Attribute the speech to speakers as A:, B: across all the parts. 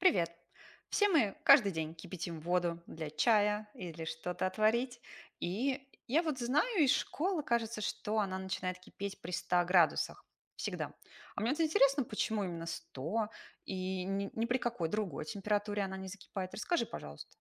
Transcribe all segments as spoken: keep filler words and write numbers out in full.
A: Привет! Все мы каждый день кипятим воду для чая или что-то отварить. И я вот знаю из школы, кажется, что она начинает кипеть при ста градусах. Всегда. А мне вот интересно, почему именно сто и ни, ни при какой другой температуре она не закипает. Расскажи, пожалуйста.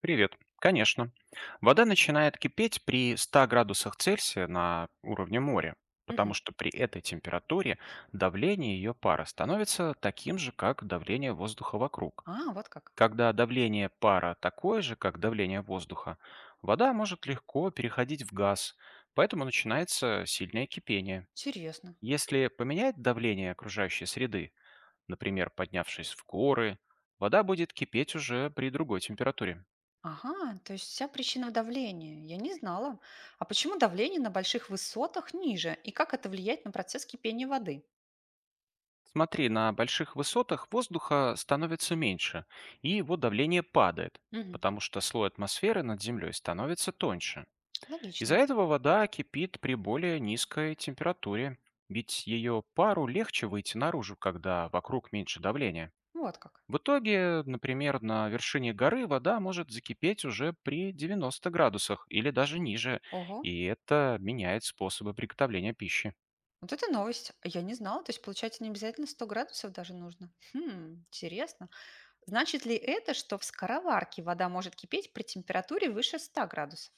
B: Привет. Конечно. Вода начинает кипеть при ста градусах Цельсия на уровне моря, потому
A: Мгм.
B: что при этой температуре давление ее пара становится таким же, как давление воздуха вокруг.
A: А, вот как.
B: Когда давление пара такое же, как давление воздуха, вода может легко переходить в газ, поэтому начинается сильное кипение.
A: Интересно.
B: Если поменять давление окружающей среды, например, поднявшись в горы, вода будет кипеть уже при другой температуре.
A: Ага, то есть вся причина в давлении. Я не знала. А почему давление на больших высотах ниже? И как это влияет на процесс кипения воды?
B: Смотри, на больших высотах воздуха становится меньше, и его давление падает,
A: Мгм.
B: потому что слой атмосферы над землей становится тоньше. Из-за
A: Логично.
B: этого вода кипит при более низкой температуре, ведь ее пару легче выйти наружу, когда вокруг меньше давления.
A: Вот как.
B: В итоге, например, на вершине горы вода может закипеть уже при девяноста градусах или даже ниже,
A: Ого.
B: и это меняет способы приготовления пищи.
A: Вот это новость. Я не знала. То есть, получается, не обязательно сто градусов даже нужно. Хм, интересно. Значит ли это, что в скороварке вода может кипеть при температуре выше ста градусов?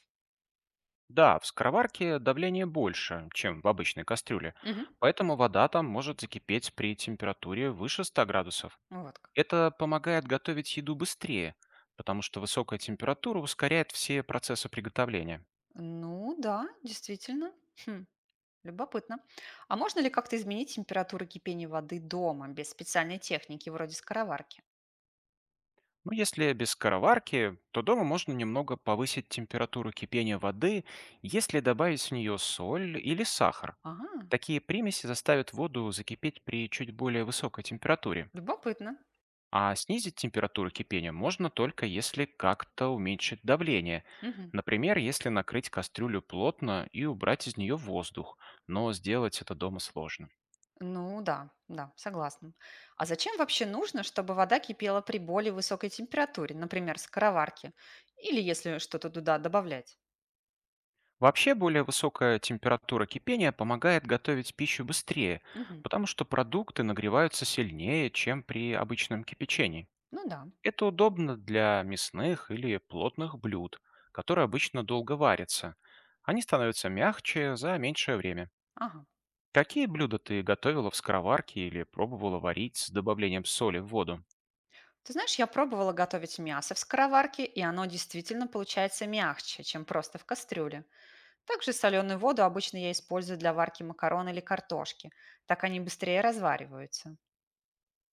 B: Да, в скороварке давление больше, чем в обычной кастрюле,
A: Мгм.
B: поэтому вода там может закипеть при температуре выше ста градусов.
A: Вот как.
B: Это помогает готовить еду быстрее, потому что высокая температура ускоряет все процессы приготовления.
A: Ну да, действительно. Хм, любопытно. А можно ли как-то изменить температуру кипения воды дома без специальной техники вроде скороварки?
B: Но если без скороварки, то дома можно немного повысить температуру кипения воды, если добавить в нее соль или сахар.
A: Ага,
B: Такие примеси заставят воду закипеть при чуть более высокой температуре.
A: любопытно.
B: А снизить температуру кипения можно только если как-то уменьшить давление.
A: Мгм.
B: Например, если накрыть кастрюлю плотно и убрать из нее воздух, но сделать это дома сложно.
A: Ну да, да, согласна. А зачем вообще нужно, чтобы вода кипела при более высокой температуре, например, скороварке, или если что-то туда добавлять?
B: Вообще, более высокая температура кипения помогает готовить пищу быстрее,
A: Мгм.
B: потому что продукты нагреваются сильнее, чем при обычном кипячении.
A: Ну да,
B: Это удобно для мясных или плотных блюд, которые обычно долго варятся. Они становятся мягче за меньшее время.
A: ага.
B: Какие блюда ты готовила в скороварке или пробовала варить с добавлением соли в воду?
A: Ты знаешь, я пробовала готовить мясо в скороварке, и оно действительно получается мягче, чем просто в кастрюле. Также соленую воду обычно я использую для варки макарон или картошки. Так они быстрее развариваются.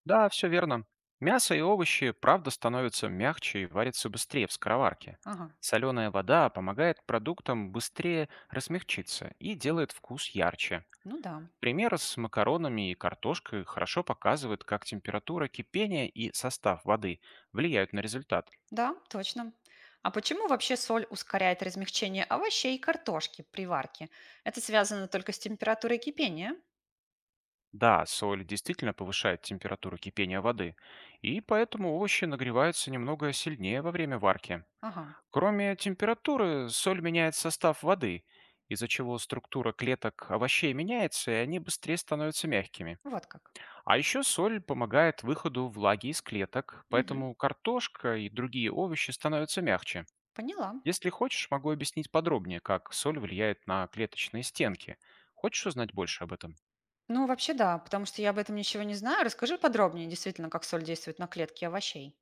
B: Да, все верно. Мясо и овощи, правда, становятся мягче и варятся быстрее в скороварке.
A: Ага,
B: Соленая вода помогает продуктам быстрее размягчиться и делает вкус ярче.
A: ну да.
B: Пример с макаронами и картошкой хорошо показывает, как температура кипения и состав воды влияют на результат.
A: Да, точно. А почему вообще соль ускоряет размягчение овощей и картошки при варке? Это связано только с температурой кипения?
B: Да, соль действительно повышает температуру кипения воды, и поэтому овощи нагреваются немного сильнее во время варки.
A: Ага,
B: Кроме температуры, соль меняет состав воды, из-за чего структура клеток овощей меняется, и они быстрее становятся мягкими.
A: вот как.
B: А еще соль помогает выходу влаги из клеток,
A: Мгм,
B: поэтому картошка и другие овощи становятся мягче.
A: поняла.
B: Если хочешь, могу объяснить подробнее, как соль влияет на клеточные стенки. Хочешь узнать больше об этом?
A: Ну, вообще да, потому что я об этом ничего не знаю. Расскажи подробнее, действительно, как соль действует на клетки овощей.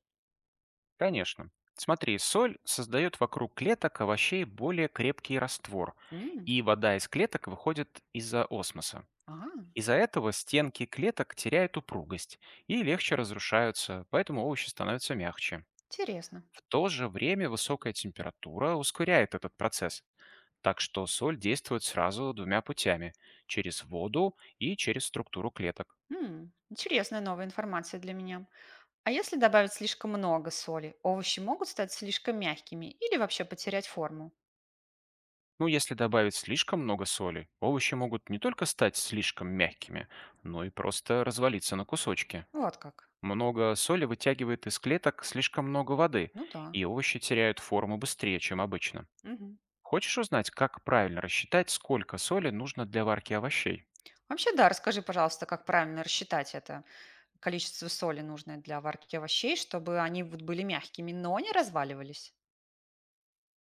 B: Конечно. Смотри, соль создает вокруг клеток овощей более крепкий раствор,
A: М,
B: и вода из клеток выходит из-за осмоса.
A: ага,
B: Из-за этого стенки клеток теряют упругость и легче разрушаются, поэтому овощи становятся мягче.
A: интересно.
B: В то же время высокая температура ускоряет этот процесс, так что соль действует сразу двумя путями – через воду и через структуру клеток.
A: М, интересная новая информация для меня. А если добавить слишком много соли, овощи могут стать слишком мягкими или вообще потерять форму?
B: Ну, если добавить слишком много соли, овощи могут не только стать слишком мягкими, но и просто развалиться на кусочки.
A: Вот как.
B: Много соли вытягивает из клеток слишком много воды,
A: Ну да.
B: и овощи теряют форму быстрее, чем обычно.
A: Мгм.
B: Хочешь узнать, как правильно рассчитать, сколько соли нужно для варки овощей?
A: Вообще, да, расскажи, пожалуйста, как правильно рассчитать это количество соли, нужное для варки овощей, чтобы они вот были мягкими, но не разваливались.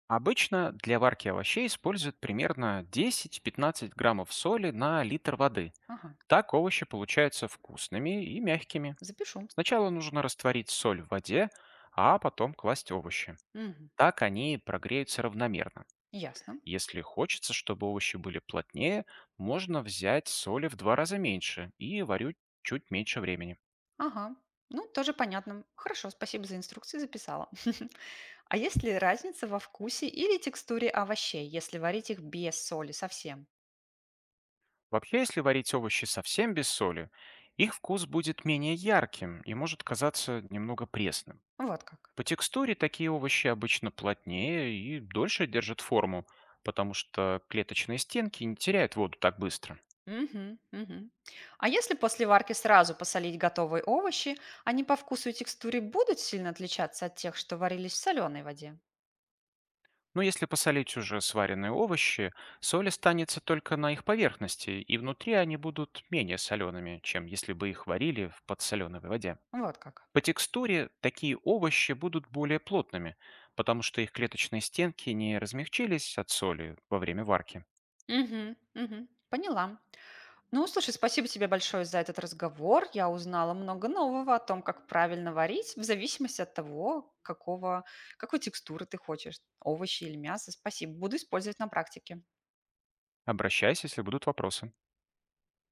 B: Обычно для варки овощей используют примерно десяти пятнадцати граммов соли на литр воды.
A: Ага,
B: Так овощи получаются вкусными и мягкими.
A: запишу.
B: Сначала нужно растворить соль в воде, а потом класть овощи.
A: Мгм.
B: Так они прогреются равномерно.
A: Ясно.
B: Если хочется, чтобы овощи были плотнее, можно взять соли в два раза меньше и варить чуть меньше времени.
A: Ага. Ну, тоже понятно. Хорошо, спасибо за инструкции, записала. А есть ли разница во вкусе или текстуре овощей, если варить их без соли совсем?
B: Вообще, если варить овощи совсем без соли, их вкус будет менее ярким и может казаться немного пресным.
A: Вот как.
B: По текстуре такие овощи обычно плотнее и дольше держат форму, потому что клеточные стенки не теряют воду так быстро.
A: Мгм, мгм. А если после варки сразу посолить готовые овощи, они по вкусу и текстуре будут сильно отличаться от тех, что варились в соленой воде?
B: Но если посолить уже сваренные овощи, соль останется только на их поверхности, и внутри они будут менее солеными, чем если бы их варили в подсоленой воде.
A: Вот как.
B: По текстуре такие овощи будут более плотными, потому что их клеточные стенки не размягчились от соли во время варки.
A: Мгм, мгм. Поняла. Ну, слушай, спасибо тебе большое за этот разговор. Я узнала много нового о том, как правильно варить, в зависимости от того, какого, какой текстуры ты хочешь, овощи или мясо. Спасибо. Буду использовать на практике.
B: Обращайся, если будут вопросы.